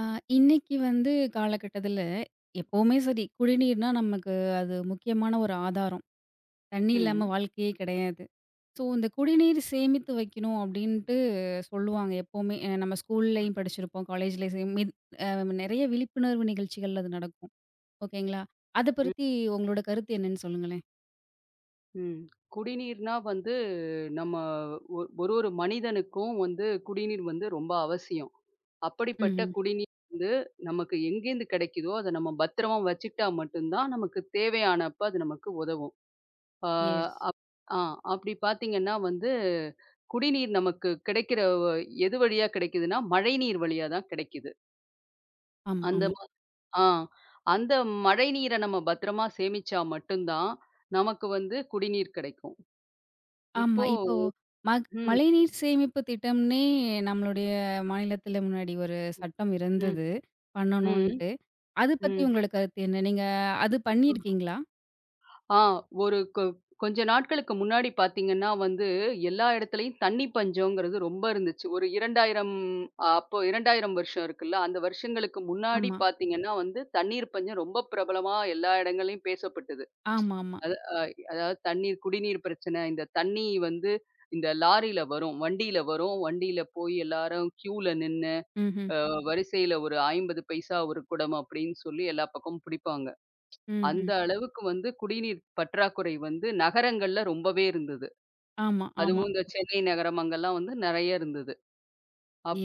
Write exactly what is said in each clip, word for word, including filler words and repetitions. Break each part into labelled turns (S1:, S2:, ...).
S1: ஆ, இன்னைக்கு வந்து காலகட்டத்துல எப்பவுமே சரி, குடிநீர்னா நமக்கு அது முக்கியமான ஒரு ஆதாரம். தண்ணி இல்லாம
S2: ம்.
S1: வாழ்க்கையே கிடையாது. ஸோ, இந்த குடிநீர் சேமித்து வைக்கணும் அப்டின்ட்டு சொல்லுவாங்க எப்பவுமே. அ நம்ம ஸ்கூல்லயும் படிச்சிருப்போம், காலேஜ்லயும் சரி மித் அ நெறைய விழிப்புணர்வு நிகழ்ச்சிகள் அது நடக்கும். ஓகேங்களா? அத
S2: ம்,
S1: பத்தி உங்களோட கருத்து என்னன்னு சொல்லுங்களேன்?
S2: ம். குடிநீர்னா வந்து நம்ம ஒ ஒரு ஒரு மனிதனுக்கும் வந்து குடிநீர் வந்து ரொம்ப அவசியம். அப்படிப்பட்ட
S1: ம்ஹ்ம்.
S2: குடிநீர் வந்து நமக்கு எங்கேருந்து கிடைக்குதோ, அத நம்ம பத்திரமா வச்சுக்கிட்டா மட்டும் தான் நமக்கு தேவையானப்ப அது நமக்கு உதவும். ஆ
S1: எஸ்.
S2: அப் ஆ அப்படி பார்த்தீங்கன்னா வந்து குடிநீர் நமக்கு கிடைக்கிற வ- எது வழியா கிடைக்குதுன்னா, மழைநீர் வழியா தான் கிடைக்குது.
S1: ஆமா,
S2: அந்த
S1: ஆமா.
S2: ம ஆ அந்த மழைநீர நம்ம பத்திரமா சேமிச்சா மட்டும் தான் நமக்கு வந்து குடிநீர் கிடைக்கும்.
S1: ஆமா.
S2: இப்போ
S1: இப்போ மக்
S2: ம்,
S1: மழைநீர் சேமிப்பு திட்டம்னே நம்மளுடைய மாநிலத்தில முன்னாடி ஒரு சட்டம்
S2: ம்,
S1: இருந்தது,
S2: ம்,
S1: பண்ணணுன்ட்டு. அது பத்தி
S2: ம்.
S1: உங்களோட கருத்து என்ன? நீங்க அது பண்ணியிருக்கீங்களா?
S2: ஆ ஒரு கொ கொஞ்ச நாட்களுக்கு முன்னாடி பார்த்தீங்கன்னா வந்து, எல்லா இடத்துலயும் தண்ணி பஞ்சம்ங்கிறது ரொம்ப இருந்துச்சு. ஒரு இரண்டாயிரம், அப்போ இரண்டாயிரம் வருஷம் இருக்குல்ல, அந்த வருஷங்களுக்கு முன்னாடி
S1: ஆமா.
S2: பார்த்தீங்கன்னா வந்து, தண்ணீர் பஞ்சம் ரொம்ப பிரபலமா எல்லா இடங்கள்லயும் பேசப்பட்டது.
S1: ஆமாமா.
S2: அது அ அதாவது தண்ணீர் குடிநீர் பிரச்சனை, இந்த தண்ணி வந்து இந்த லாரியில வரும், வண்டியில வரும், வண்டியில போய் எல்லாரும் கியூல நின்னு
S1: ம்ஹ்ம்.
S2: அஹ் வரிசையில ஒரு ஐம்பது பைசா ஒரு குடம் அப்படின்னு சொல்லி எல்லா பக்கமும் பிடிப்பாங்க.
S1: ம்ஹ்ம்.
S2: அந்த அளவுக்கு வந்து குடிநீர் பற்றாக்குறை வந்து நகரங்கள்ல ரொம்பவே இருந்தது. ம்.
S1: ஆமா, ஆமா.
S2: அதுவும் இந்த சென்னை நகரம் அங்கெல்லாம் வந்து நெறைய இருந்தது.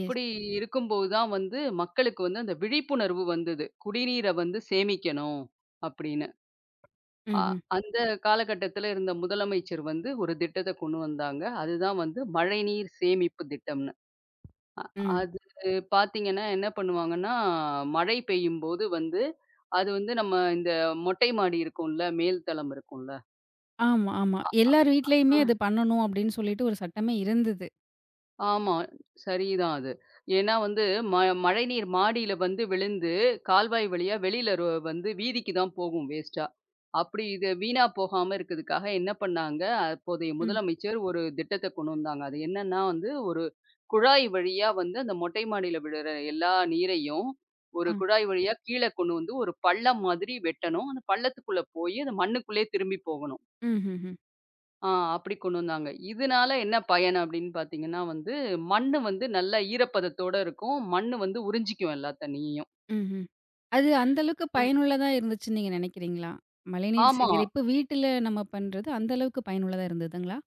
S1: எஸ்.
S2: இருக்கும்போது தான் வந்து மக்களுக்கு வந்து அந்த விழிப்புணர்வு வந்தது. குடிநீரை வந்து சேமிக்கணும் அப்படின்னு. அ
S1: ம்ஹ்ம்.
S2: அந்த காலகட்டத்தில இருந்த முதலமைச்சர் வந்து ஒரு திட்டத்த கொண்டு வந்தாங்க. அதுதான் வந்து மழைநீர் சேமிப்பு திட்டம்னு.
S1: ம்.
S2: அது பார்த்தீங்கன்னா, என்ன பண்ணுவாங்கன்னா, மழை பெய்யும்போது வந்து, அது வந்து நம்ம இந்த மொட்டை மாடி இருக்கும்ல, மேல் தளம் இருக்கும்ல.
S1: ஆமா, ஆமா. எல்லார் வீட்லயுமே அது பண்ணணும் அப்டின்னு சொல்லிட்டு ஒரு சட்டமே இருந்தது.
S2: ஆமா. சரிதான் அது. ஏன்னா வந்து ம மழைநீர் மாடியில வந்து விழுந்து, கால்வாய் வழியா வெளியில ரோ வந்து வீதிக்கு தான் போகும் வேஸ்ட்டா. அப்படி இது வீணா போகாம இருக்கிறதுக்காக என்ன பண்ணாங்க, அப்போதைய
S1: ம்.
S2: முதலமைச்சர் ஒரு திட்டத்த கொண்டு வந்தாங்க. அது என்னன்னா வந்து, ஒரு குழாய் வழியா வந்து அந்த மொட்டை மாடியில விழுற எல்லா நீரையும், ஒரு
S1: ஆ.
S2: குழாய் வழியா கீழ கொண்டு வந்து ஒரு பள்ளம் மாதிரி வெட்டணும். அந்த பள்ளத்துக்குள்ள போயி, அந்த மண்ணுக்குள்ளயே திரும்பி போகணும்.
S1: ம்ஹ்ஹ்ம்.
S2: ஆ அப்படி கொண்டு வந்தாங்க. இதனால என்ன பயன் அப்படின்னு பார்த்தீங்கன்னா வந்து, மண்ணு வந்து நல்ல ஈரப்பதத்தோட இருக்கும். மண்ணு வந்து உறிஞ்சிக்கும் எல்லா தண்ணியையும்.
S1: ம்ஹ்ம். அது அந்த அளவுக்கு
S2: ம்.
S1: பயனுள்ளதா இருந்துச்சுன்னு நீங்க நெனைக்கிறீங்களா? மழைநீர்
S2: ஆமா,
S1: சேகரிப்பு வீட்டில நம்ம பண்றது அந்த அளவுக்கு பயனுள்ளதா இருந்ததுங்களா?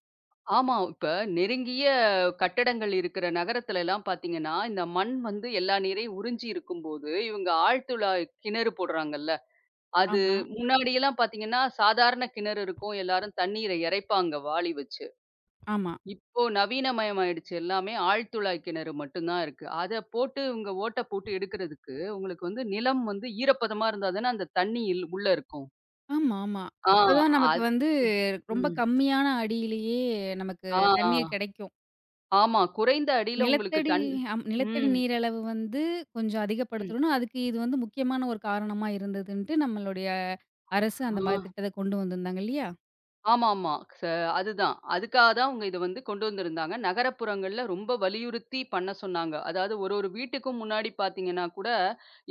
S2: ஆமா. இப்ப நெருங்கிய கட்டடங்கள் இருக்கிற நகரத்துல எல்லாம் பார்த்தீங்கன்னா, இந்த மண் வந்து எல்லா நீரையும் உறிஞ்சி இருக்கும்போது, இவங்க ஆழ்துழாய் கிணறு போடுறாங்கல்ல, அது
S1: ஆமா,
S2: முன்னாடியெல்லாம் பார்த்தீங்கன்னா, சாதாரண கிணறு இருக்கும். எல்லாரும் தண்ணீரை இறைப்பாங்க வாளி வச்சு.
S1: ஆமா.
S2: இப்போ நவீனமயமாயிடுச்சு எல்லாமே. ஆழ்துழாய் கிணறு மட்டும் தான் இருக்கு. அத போட்டு இவங்க ஓட்ட போட்டு எடுக்கிறதுக்கு, உங்களுக்கு வந்து நிலம் வந்து ஈரப்பதமா இருந்தா தானே அந்த தண்ணி இல் உள்ள இருக்கும்.
S1: ஆமா, ஆமா.
S2: ஆ
S1: அப்பதான் நமக்கு
S2: அது
S1: வந்து ரொம்ப
S2: ம்.
S1: கம்மியான அடியிலேயே நமக்கு
S2: ஆ, ஆ.
S1: தண்ணீர் கிடைக்கும்.
S2: ஆமா. குறைந்த அடியில உங்களுக்கு
S1: நிலத்தடி
S2: தண்
S1: அம் நிலத்தடி
S2: ம்,
S1: நீர் அளவு வந்து கொஞ்சம்
S2: ம்.
S1: அதிகப்படுத்தணும்னா, அதுக்கு இது வந்து முக்கியமான ஒரு காரணமா இருந்ததுன்ட்டு நம்மளுடைய அரசு அந்த மாரி
S2: ஆ.
S1: திட்டத்த கொண்டு வந்திருந்தாங்க இல்லையா?
S2: ஆமாமா. ச அதுதான். அதுக்காக தான் அவங்க இத வந்து கொண்டு வந்திருந்தாங்க. நகரப்புறங்கள்ல ரொம்ப வலியுறுத்தி பண்ண சொன்னாங்க. அதாவது ஒரு ஒரு வீட்டுக்கும் முன்னாடி பார்த்தீங்கன்னா கூட,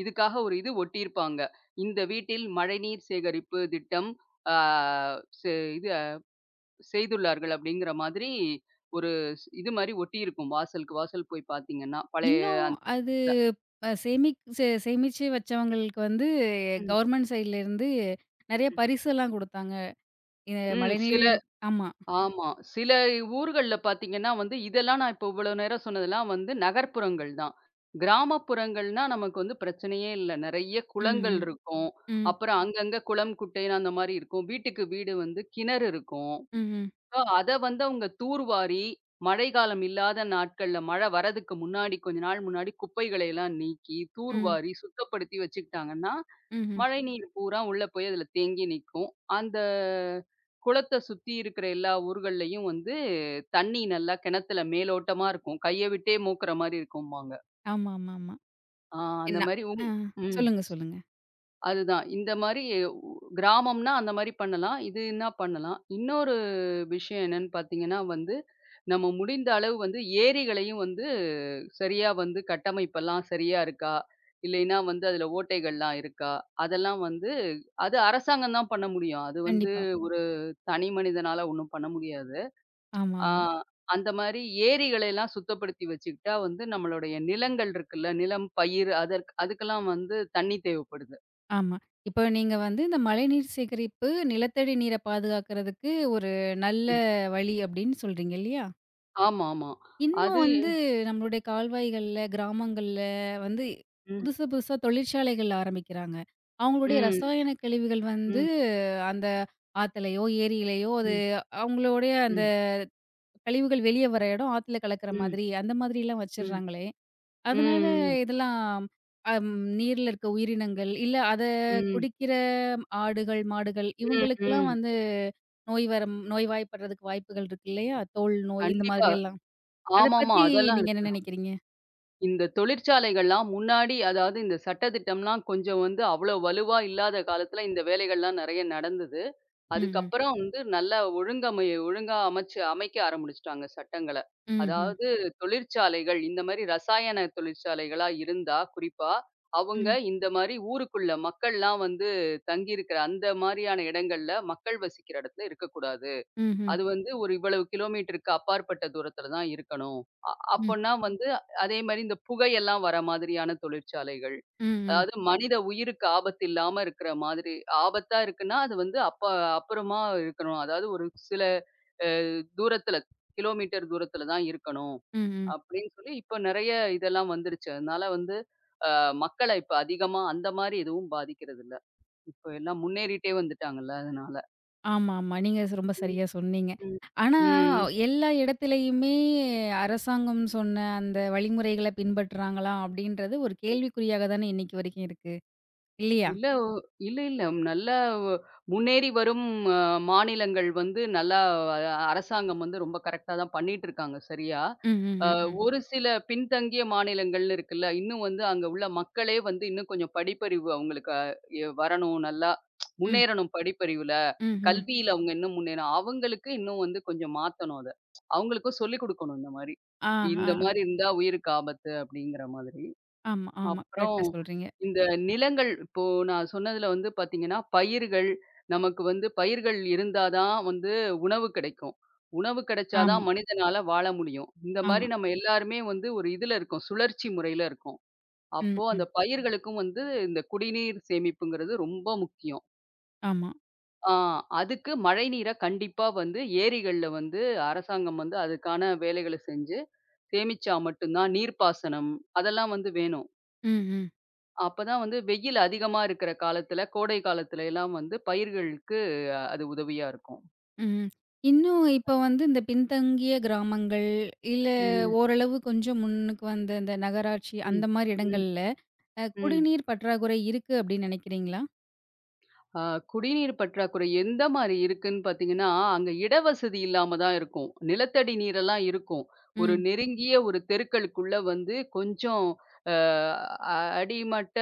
S2: இதுக்காக ஒரு இது ஒட்டியிருப்பாங்க. இந்த வீட்டில் மழைநீர் சேகரிப்பு திட்டம் ஆ செ இது அ, செய்துள்ளார்கள் அப்படிங்கிற மாதிரி ஒரு ஸ் இது மாரி ஒட்டியிருக்கும். வாசலுக்கு வாசல் போய் பார்த்தீங்கன்னா, பழைய
S1: இன்னும்
S2: அந்த
S1: அது அ சேமிக் சே சேமிச்சு வச்சவங்களுக்கு வந்து
S2: ம்,
S1: கவர்மெண்ட் சைட்லேருந்து நெறைய
S2: ம்.
S1: பரிசெல்லாம் குடுத்தாங்க. இது
S2: ம்.
S1: மழைநீர்
S2: சில
S1: ஆமா.
S2: ஆமா. சில ஊர்கள்ல பார்த்தீங்கன்னா வந்து, இதெல்லாம் நான் இப்போ இவ்வளோ நேரம் சொன்னதெல்லாம் வந்து நகர்ப்புறங்கள் தான். கிராமப்புறங்கள்னா நமக்கு வந்து பிரச்சனையே இல்ல. நெறைய
S1: ம்,
S2: குளங்கள்
S1: ம்,
S2: இருக்கும்.
S1: ம்,
S2: அப்புறம் அங்கங்க குளம், குட்டைன்னு அந்த மாரி இருக்கும். வீட்டுக்கு வீடு வந்து கிணறு இருக்கும்.
S1: ம்ஹ்ம்,
S2: ஆ அத வந்து அவங்க தூர்வாரி, மழைக்காலம் இல்லாத நாட்கள்ல மழை வரதுக்கு முன்னாடி கொஞ்ச நாள் முன்னாடி குப்பைகளை எல்லாம் நீக்கி,
S1: ம்,
S2: தூர்வாரி, சுத்தப்படுத்தி வச்சுக்கிட்டாங்கன்னா,
S1: ம்ஹ்ம்.
S2: மழைநீர் பூரா உள்ள போய் அதுல தேங்கி நிக்கும். அந்த குளத்த சுத்தி இருக்கிற எல்லா ஊர்கள்லயும் வந்து தண்ணி நல்லா கிணத்துல மேலோட்டமா இருக்கும். கைய விட்டே மோக்குற மாரி இருக்கும்பாங்க.
S1: ஆமாமாமா.
S2: ஆ அந்த
S1: என்ன
S2: மாரி
S1: ஆ
S2: உங் ம்.
S1: சொல்லுங்க, சொல்லுங்க.
S2: அதுதான். இந்த மாரி உ கிராமம்னா அந்த மாரி பண்ணலாம். இதுன்னா பண்ணலாம். இன்னொரு விஷயம் என்னன்னு பார்த்தீங்கன்னா வந்து, நம்ம முடிந்த அளவு வந்து ஏரிகளையும் வந்து சரியா வந்து கட்டமைப்பெல்லாம் சரியா இருக்கா? இல்லைன்னா வந்து அதில ஓட்டைகள்லாம் இருக்கா? அதெல்லாம் வந்து அது அரசாங்கம் தான் பண்ண முடியும். அது வந்து
S1: கண்டிப்பா.
S2: ஒரு தனி மனிதனால ஒண்ணும் பண்ண முடியாது.
S1: ஆமா,
S2: ஆ
S1: ஆமா,
S2: அந்த மாரி ஏரிகளையெல்லாம் சுத்தப்படுத்தி வச்சுக்கிட்டா வந்து நம்மளுடைய நிலங்கள் இருக்குல்ல, நிலம், பயிர் அதற்கு அதுக்கெல்லாம் வந்து தண்ணி தேவைப்படுது.
S1: ஆமா. இப்போ நீங்க வந்து இந்த மழைநீர் சேகரிப்பு, நிலத்தடி நீர பாதுகாக்கிறதுக்கு ஒரு நல்ல வழி அப்படின்னு சொல்றீங்க இல்லையா?
S2: ஆமாமா.
S1: இன்னும்
S2: அது
S1: வந்து நம்மளுடைய கால்வாய்கள்ல, கிராமங்கள்ல வந்து
S2: ம்,
S1: புதுசு புதுசா தொழிற்சாலைகள் ஆரம்பிக்கிறாங்க. அவங்களுடைய
S2: ம்,
S1: ரசாயன கழிவுகள் வந்து
S2: ம்,
S1: அந்த ஆத்துலயோ, ஏரியிலயோ அது
S2: ம்,
S1: அவங்களுடைய அந்த
S2: ம்,
S1: கழிவுகள் வெளிய வர இடம் ஆத்துல கலக்கிற
S2: ம், ம்,
S1: மாதிரி, அந்த மாதிரிலாம்
S2: ம்,
S1: வச்சுடுறாங்களே! அதனால
S2: ம்,
S1: இதெல்லாம் அம் நீர்ல இருக்க உயிரினங்கள், இல்ல அத
S2: ம்,
S1: குடிக்கிற ஆடுகள், மாடுகள்
S2: ம்,
S1: இவங்களுக்கெல்லாம்
S2: ம்.
S1: வந்து நோய் வரம் நோய்வாய்ப்படுறதுக்கு வாய்ப்புகள் இருக்கு இல்லையா? தோல் நோய் இந்த
S2: கண்டிப்பா.
S1: மாதிரி எல்லாம். அத
S2: ஆமாமா.
S1: பத்தி
S2: அதெல்லாம்
S1: நீங்க என்ன
S2: இருக்கு.
S1: நினைக்கிறீங்க?
S2: இந்த தொழிற்சாலைகள்லாம் முன்னாடி அதாவது இந்த சட்டதிட்டம்லாம் கொஞ்சம் வந்து அவ்வளோ வலுவா இல்லாத காலத்துல இந்த வேலைகள்லாம் நெறைய நடந்தது.
S1: ம், ம்.
S2: அதுக்கப்புறம் வந்து நல்லா ஒழுங்கமை ஒழுங்கா அமைச்சு அமைக்க ஆரம்பிச்சுட்டாங்க சட்டங்கள.
S1: ம்ஹ்ம்.
S2: அதாவது தொழிற்சாலைகள் இந்த மாரி ரசாயன தொழிற்சாலைகளா இருந்தா குறிப்பா, அவங்க
S1: ம்.
S2: இந்த மாரி ஊருக்குள்ள மக்கள்லாம் வந்து தங்கியிருக்கிற அந்த மாரியான இடங்கள்ல மக்கள் வசிக்கிற இடத்துல இருக்கக்கூடாது.
S1: ம்ஹ்ம்.
S2: அது வந்து ஒரு இவ்வளவு கிலோமீட்டருக்கு அப்பாற்பட்ட தூரத்துல தான் இருக்கணும். அ
S1: ம்.
S2: அப்பன்னா வந்து அதே மாரி இந்த புகையெல்லாம் வர மாதிரியான தொழிற்சாலைகள்.
S1: ம். ம். ம்.
S2: அதாவது மனித உயிருக்கு ஆபத்து இல்லாம இருக்கிற மாதிரி ஆபத்தா இருக்குன்னா, அது வந்து அப்ப அப்புறமா இருக்கணும். அதாவது ஒரு சில அ தூரத்துல கிலோமீட்டர் தூரத்துல தான் இருக்கணும்.
S1: ம் ம்
S2: அப்படின்னு சொல்லி இப்ப நெறைய இதெல்லாம் வந்துருச்சு. அதனால வந்து அ மக்கள இப்ப அதிகமா அந்த மாரி எதுவும் பாதிக்கிறதில்ல. இப்ப எல்லாம் முன்னேறிட்டே வந்துட்டாங்கல்ல அதனால.
S1: ஆமா, ஆமா. நீங்க ஸ் ரொம்ப
S2: ம்,
S1: சரியா சொன்னீங்க.
S2: ம்.
S1: ஆனா,
S2: ம்.
S1: எல்லா இடத்துலயுமே அரசாங்கம் சொன்ன அந்த வழிமுறைகள பின்பற்றுறாங்களா? அப்படின்றது ஒரு கேள்விக்குறியாக தானே இன்னைக்கு வரைக்கும் இருக்கு. இல்லையா?
S2: இல்ல. இல்ல, இல்ல. நல்லா முன்னேறி வரும் அ மாநிலங்கள் வந்து நல்லா அ, அரசாங்கம் வந்து ரொம்ப கரெக்ட்டா தான் பண்ணிட்டுருக்காங்க சரியா.
S1: ம், ம்,
S2: அ
S1: ம், ம்.
S2: ஒரு சில பின்தங்கிய மாநிலங்கள்னு இருக்குல்ல, இன்னும் வந்து அங்க உள்ள மக்களே வந்து இன்னும் கொஞ்சம் படிப்பறிவு அவங்களுக்கு அ, எ வரணும் நல்லா
S1: ம்,
S2: முன்னேறணும் படிப்பறிவுல.
S1: ம், ம்.
S2: கல்வியில அவங்க இன்னும் முன்னேறணும். அவங்களுக்கு இன்னும் வந்து கொஞ்சம் மாத்தணும் அத. அவங்களுக்கும் சொல்லிக் குடுக்கணும் இந்த மாரி.
S1: ஆ, ஆ.
S2: இந்த மாரி இருந்தா உயிருக்கு ஆபத்து அப்படிங்கிற மாதிரி.
S1: ஆமா, ஆமா.
S2: அப்புறம்
S1: கரெக்ட்டா சொல்றீங்க.
S2: இந்த நிலங்கள் இப்போ நான் சொன்னதுல வந்து பாத்தீங்கன்னா, பயிர்கள் நமக்கு வந்து பயிர்கள் இருந்தா தான் வந்து உணவு கிடைக்கும். உணவு கிடைச்சா தான்
S1: ஆமா,
S2: மனிதனால வாழ முடியும். இந்த மாரி
S1: ஆமா.
S2: நம்ம எல்லாருமே வந்து ஒரு இதுல இருக்கோம். சுழற்சி முறையில இருக்கோம்.
S1: ம்,
S2: அப்போ
S1: ம்.
S2: அந்த பயிர்களுக்கும் வந்து இந்த குடிநீர் சேமிப்புங்கிறது ரொம்ப முக்கியம்.
S1: ஆமா.
S2: ஆ அதுக்கு மழை நீர கண்டிப்பா வந்து ஏரிகள்ல வந்து அரசாங்கம் வந்து அதுக்கான வேலைகள செஞ்சு, சேமிச்சா மட்டும் தான் நீர்ப்பாசனம் அதெல்லாம் வந்து வேணும்.
S1: ம், ம்,
S2: அப்பதான் வந்து வெயில் அதிகமா இருக்கிற காலத்துல, கோடை காலத்துல எல்லாம் வந்து பயிர்களுக்கு அஹ், அது உதவியா இருக்கும்.
S1: ம். இன்னும் இப்ப வந்து இந்த பின்தங்கிய கிராமங்கள், இல்ல
S2: ம்,
S1: ஓரளவு கொஞ்சம் முன்னுக்கு வந்த இந்த நகராட்சி
S2: ம்,
S1: அந்த மாரி
S2: ம்,
S1: இடங்கள்ல, அ
S2: ம்.
S1: குடிநீர் பற்றாக்குறை இருக்கு அப்படின்னு நினைக்கிறீங்களா?
S2: ஆ, குடிநீர் பற்றாக்குறை எந்த மாரி இருக்குன்னு பார்த்தீங்கன்னா, அங்க இடவசதி இல்லாம தான் இருக்கும். நிலத்தடி நீரெல்லாம் இருக்கும். ஒரு
S1: ம்,
S2: நெருங்கிய ஒரு தெருக்களுக்குள்ள வந்து கொஞ்சம் ஆ, அ அடிமட்ட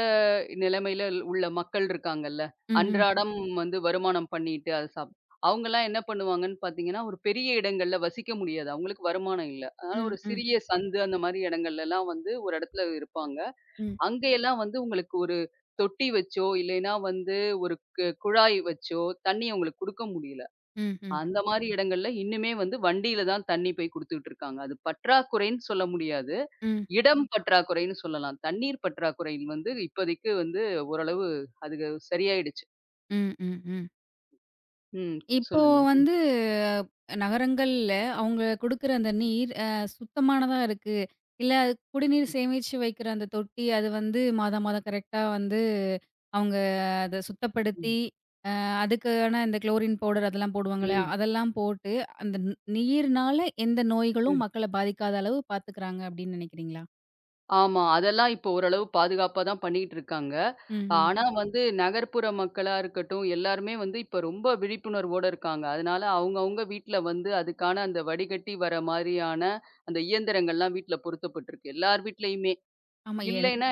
S2: நிலைமையில உள்ள மக்கள் இருக்காங்கல்ல.
S1: ம்ஹ்ம்.
S2: அன்றாடம் வந்து வருமானம் பண்ணிட்டு அத சாப் அவங்கலாம் என்ன பண்ணுவாங்கன்னு பார்த்தீங்கன்னா, ஒரு பெரிய இடங்கள்ல வசிக்க முடியாது. அவங்களுக்கு வருமானம் இல்ல. அதனால
S1: ம்,
S2: ஒரு
S1: ம்,
S2: சிறிய சந்து அந்த மாரி இடங்கள்லலாம் வந்து ஒரு இடத்துல இருப்பாங்க.
S1: ம், ம்,
S2: அங்கேயெல்லாம் வந்து உங்களுக்கு ஒரு தொட்டி வச்சோ, இல்லைன்னா வந்து ஒரு கு குழாய் வச்சோ தண்ணீய உங்களுக்கு குடுக்க முடியல.
S1: ம்ஹ்ம்.
S2: அந்த மாரி இடங்கள்ல இன்னுமே வந்து வண்டியில தான் தண்ணீ போய் குடுத்துட்டு இருக்காங்க. அது பற்றாக்குறைன்னு சொல்ல முடியாது.
S1: ம்,
S2: இடம் பற்றாக்குறைன்னு சொல்லலாம். தண்ணீர் பற்றாக்குறை வந்து இப்போதைக்கு வந்து ஓரளவு அது சரியாயிடுச்சு.
S1: ம், ம். ம், ம்.
S2: ம்.
S1: இப்போ
S2: சொல்லுங்க.
S1: வந்து நகரங்கள்ல அவங்க குடுக்குற அந்த நீர் அ சுத்தமானதா இருக்கு. இல்ல அது குடிநீர்
S2: ம்.
S1: சேமிச்சு வைக்கிற அந்த தொட்டி, அது வந்து மாதா மாதம் கரெக்ட்டா வந்து அவங்க அத சுத்தப்படுத்தி,
S2: ம்.
S1: அ அதுக்கான இந்த குளோரின் பவுடர் அதெல்லாம் போடுவாங்கல்ல,
S2: ம்.
S1: அதெல்லாம் போட்டு அந்த ந் நீர்னால எந்த நோய்களும்
S2: ம்.
S1: மக்கள பாதிக்காத அளவு பாத்துக்கிறாங்க அப்படின்னு நினைக்கிறீங்களா?
S2: ஆமா. அதெல்லாம் இப்போ ஓரளவு பாதுகாப்பா தான் பண்ணிட்டு இருக்காங்க.
S1: ம்ஹ்ம்.
S2: ஆனா வந்து நகர்ப்புற மக்களா இருக்கட்டும், எல்லாருமே வந்து இப்ப ரொம்ப விழிப்புணர்வோட இருக்காங்க. அதனால அவங்கவங்க வீட்ல வந்து அதுக்கான அந்த வடிகட்டி வர மாரியான அந்த இயந்திரங்கள்லாம் வீட்ல பொருத்தப்பட்டிருக்கு. எல்லார் வீட்லயுமே.
S1: ஆமா எனக்கு
S2: இல்லைன்னா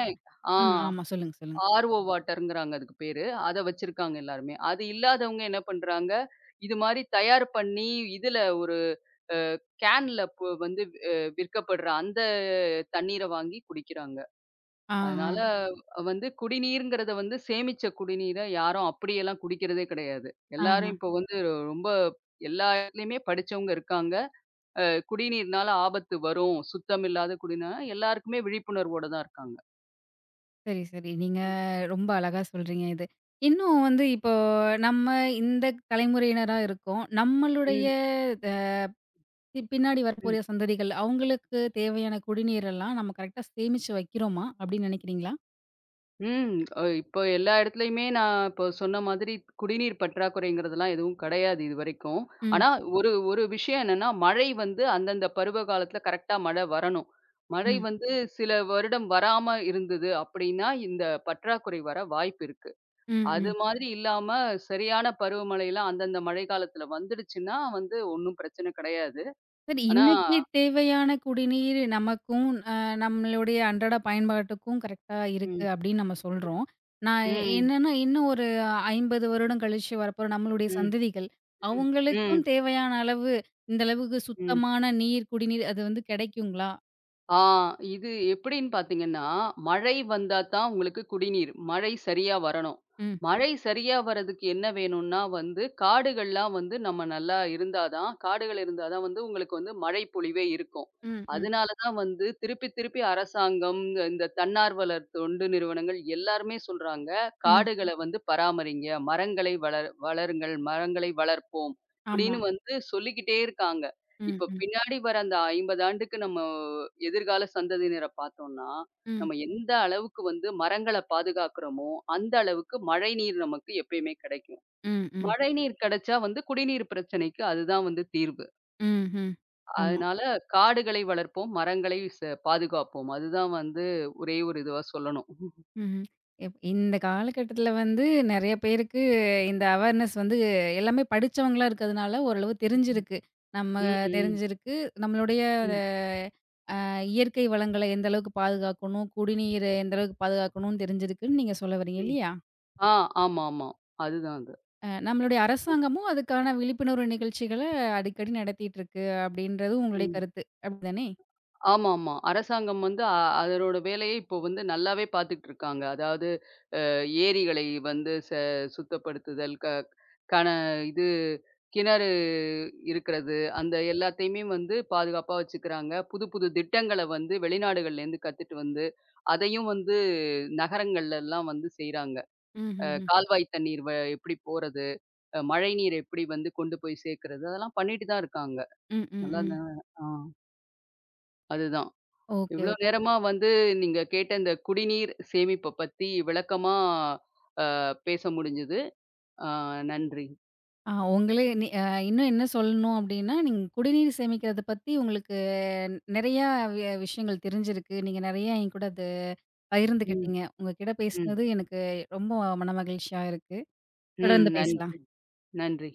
S2: ஆ
S1: ஆமா, ஆமா. சொல்லுங்க, சொல்லுங்க.
S2: ஆர்ஓ வாட்டர்ங்கிறாங்க அதுக்கு பேரு. அத வச்சிருக்காங்க எல்லாருமே. அது இல்லாதவங்க என்ன பண்றாங்க, இது மாரி தயார் பண்ணி இதுல ஒரு கேன்ல பு வந்து அ விற்கப்படுற அந்த தண்ணீர வாங்கி குடிக்கிறாங்க.
S1: ஆ, ஆ.
S2: அதனால வந்து குடிநீர்ங்கிறத வந்து சேமிச்ச குடிநீர யாரும் அப்படியெல்லாம் குடிக்கிறதே கிடையாது. எல்லாரும்
S1: ஆஹ.
S2: இப்போ வந்து ரொம்ப எல்லா இடத்துலயுமே படிச்சவங்க இருக்காங்க. அ குடிநீர்னால ஆபத்து வரும். சுத்தமில்லாத குடினா எல்லாருக்குமே விழிப்புணர்வோட தான் இருக்காங்க.
S1: சரி, சரி. நீங்க ரொம்ப அழகா சொல்றீங்க இது. இன்னும் வந்து இப்போ நம்ம இந்த தலைமுறையினரா இருக்கோம். நம்மளுடைய
S2: ம்.
S1: அ பின்னாடி
S2: ம்.
S1: வரக்கூடிய சந்ததிகள், அவங்களுக்கு தேவையான குடிநீரெல்லாம் நம்ம கரெக்ட்டா சேமிச்சு வைக்கிறோமா? அப்படின்னு நினைக்கிறீங்களா?
S2: ம். அ இப்போ எல்லா இடத்துலயுமே நான் இப்போ சொன்ன மாதிரி குடிநீர் பற்றாக்குறைங்கிறதெல்லாம் எதுவும் கிடையாது இதுவரைக்கும்.
S1: ம்,
S2: ஆனா ஒரு ஒரு விஷயம் என்னன்னா, மழை வந்து அந்தந்த பருவ காலத்துல கரெக்ட்டா மழை வரணும். மழை
S1: ம்,
S2: வந்து சில வருடம் வராம இருந்தது அப்படின்னா, இந்த பற்றாக்குறை வர வாய்ப்பு இருக்கு.
S1: ம்,
S2: அது
S1: ம்.
S2: மாதிரி இல்லாம சரியான பருவமழைலாம் அந்தந்த மழை காலத்துல வந்துடுச்சுன்னா வந்து ஒண்ணும் பிரச்சனை கிடையாது.
S1: சரி,
S2: ஆனா
S1: இன்னைக்கு தேவையான குடிநீர் நமக்கும், அ நம்மளுடைய அன்றாட பயன்பாட்டுக்கும் கரெக்ட்டா இருக்கு
S2: ம்,
S1: அப்படின்னு நம்ம சொல்றோம். நான்
S2: ம்,
S1: என்னன்னா, இன்னும் ஒரு ஐம்பது வருடம் கழிச்சு வரப்போற நம்மளுடைய
S2: ம்,
S1: சந்ததிகள்,
S2: ம்,
S1: அவங்களுக்கும்
S2: ம்,
S1: தேவையான அளவு, இந்த அளவுக்கு
S2: ம்.
S1: சுத்தமான நீர், குடிநீர் அது வந்து கிடைக்குங்களா?
S2: ஆ இது எப்படின்னு பார்த்தீங்கன்னா, மழை வந்தா தான் உங்களுக்கு குடிநீர். மழை சரியா வரணும்.
S1: ம்,
S2: மழை சரியா வரதுக்கு என்ன வேணும்னா வந்து, காடுகள்லாம் வந்து நம்ம நல்லா இருந்தா தான் காடுகள் இருந்தா தான் வந்து உங்களுக்கு வந்து மழை பொழிவே இருக்கும்.
S1: ம், ம்,
S2: அதனால தான் வந்து திருப்பி திருப்பி அரசாங்கம், இந்த தன்னார்வலர் தொண்டு நிறுவனங்கள் எல்லாருமே சொல்றாங்க,
S1: ம்.
S2: "காடுகள வந்து பராமரிங்க. மரங்களை வளர் வளருங்கள். மரங்களை வளர்ப்போம்."
S1: ஆமா.
S2: இப்படின்னு வந்து சொல்லிக்கிட்டே இருக்காங்க.
S1: ம்,
S2: இப்ப
S1: ம்,
S2: பின்னாடி வர அந்த ஐம்பது ஆண்டுக்கு நம்ம எதிர்கால சந்ததியினர பார்த்தோம்னா,
S1: ம்,
S2: நம்ம எந்த அளவுக்கு வந்து மரங்கள பாதுகாக்கிறோமோ, அந்த அளவுக்கு மழைநீர் நமக்கு எப்பயுமே கிடைக்கும்.
S1: ம், ம்,
S2: மழைநீர் கிடைச்சா வந்து குடிநீர் பிரச்சனைக்கு அதுதான் வந்து தீர்வு.
S1: ம், ம். ஆமா.
S2: அதனால காடுகளை வளர்ப்போம், மரங்களை ச பாதுகாப்போம். அதுதான் வந்து ஒரே ஒரு இதுவா சொல்லணும்.
S1: ம்ஹ்ம். இப் இந்த காலகட்டத்தில வந்து நெறைய பேருக்கு இந்த அவேர்னஸ் வந்து எல்லாமே படிச்சவங்களா இருக்கிறதுனால ஓரளவு தெரிஞ்சிருக்கு. நம்ம
S2: ம், ம்,
S1: தெரிஞ்சிருக்கு. நம்மளுடைய
S2: ம்,
S1: அ இயற்கை வளங்கள எந்த அளவுக்கு பாதுகாக்கணும், குடிநீர எந்த அளவுக்கு பாதுகாக்கணும்னு தெரிஞ்சிருக்குன்னு நீங்க சொல்ல வரீங்க
S2: ம்.
S1: இல்லையா?
S2: ஆ, ஆமாமா. அதுதான் அது.
S1: அ நம்மளுடைய அரசாங்கமும் அதுக்கான விழிப்புணர்வு நிகழ்ச்சிகள அடிக்கடி நடத்திட்டு இருக்கு அப்படின்றது உங்களுடைய
S2: ம்.
S1: கருத்து. அப்படிதானே?
S2: ஆமாமா. அரசாங்கம் வந்து அ அதனோட வேலையை இப்போ வந்து நல்லாவே பார்த்துக்கிட்டு இருக்காங்க. அதாவது ஏரிகளை வந்து ச சுத்தப்படுத்துதல், க கண இது கிணறு இருக்கிறது, அந்த எல்லாத்தையுமே வந்து பாதுகாப்பா வச்சுக்கிறாங்க. புது புது திட்டங்கள வந்து வெளிநாடுகள்லேருந்து கத்துட்டு வந்து, அதையும் வந்து நகரங்கள்லலாம் வந்து செய்றாங்க. அ
S1: ம்ஹ்ஹ்ம்.
S2: கால்வாய் தண்ணீர் வ எப்படி போறது? அ மழைநீர் எப்படி வந்து கொண்டு போய் சேர்க்கறது? அதெல்லாம் பண்ணிட்டு தான் இருக்காங்க.
S1: ம், ம்,
S2: நல்லா
S1: ம்.
S2: தான் ஆ அதுதான்.
S1: ஓகே.
S2: இவ்ளோ நேரமா வந்து நீங்க கேட்ட இந்த குடிநீர் சேமிப்ப பத்தி விளக்கமா அ பேச முடிஞ்சது. ஆ நன்றி.
S1: ஆ உங்களே நி அ இன்னும் என்ன சொல்லணும் அப்டின்னா, நீங்க குடிநீர் சேமிக்கிறத பத்தி உங்களுக்கு நெறையா வி விஷயங்கள் தெரிஞ்சிருக்கு. நீங்க நெறையா என் கூட அத
S2: ம்,
S1: பகிர்ந்துக்கிட்டீங்க. உங்க கிட்ட
S2: ம்,
S1: பேசினது எனக்கு ரொம்ப மனமகிழ்ச்சியா இருக்கு.
S2: ம்.
S1: தொடர்ந்து பேசலாம்.
S2: நன்றி, நன்றி.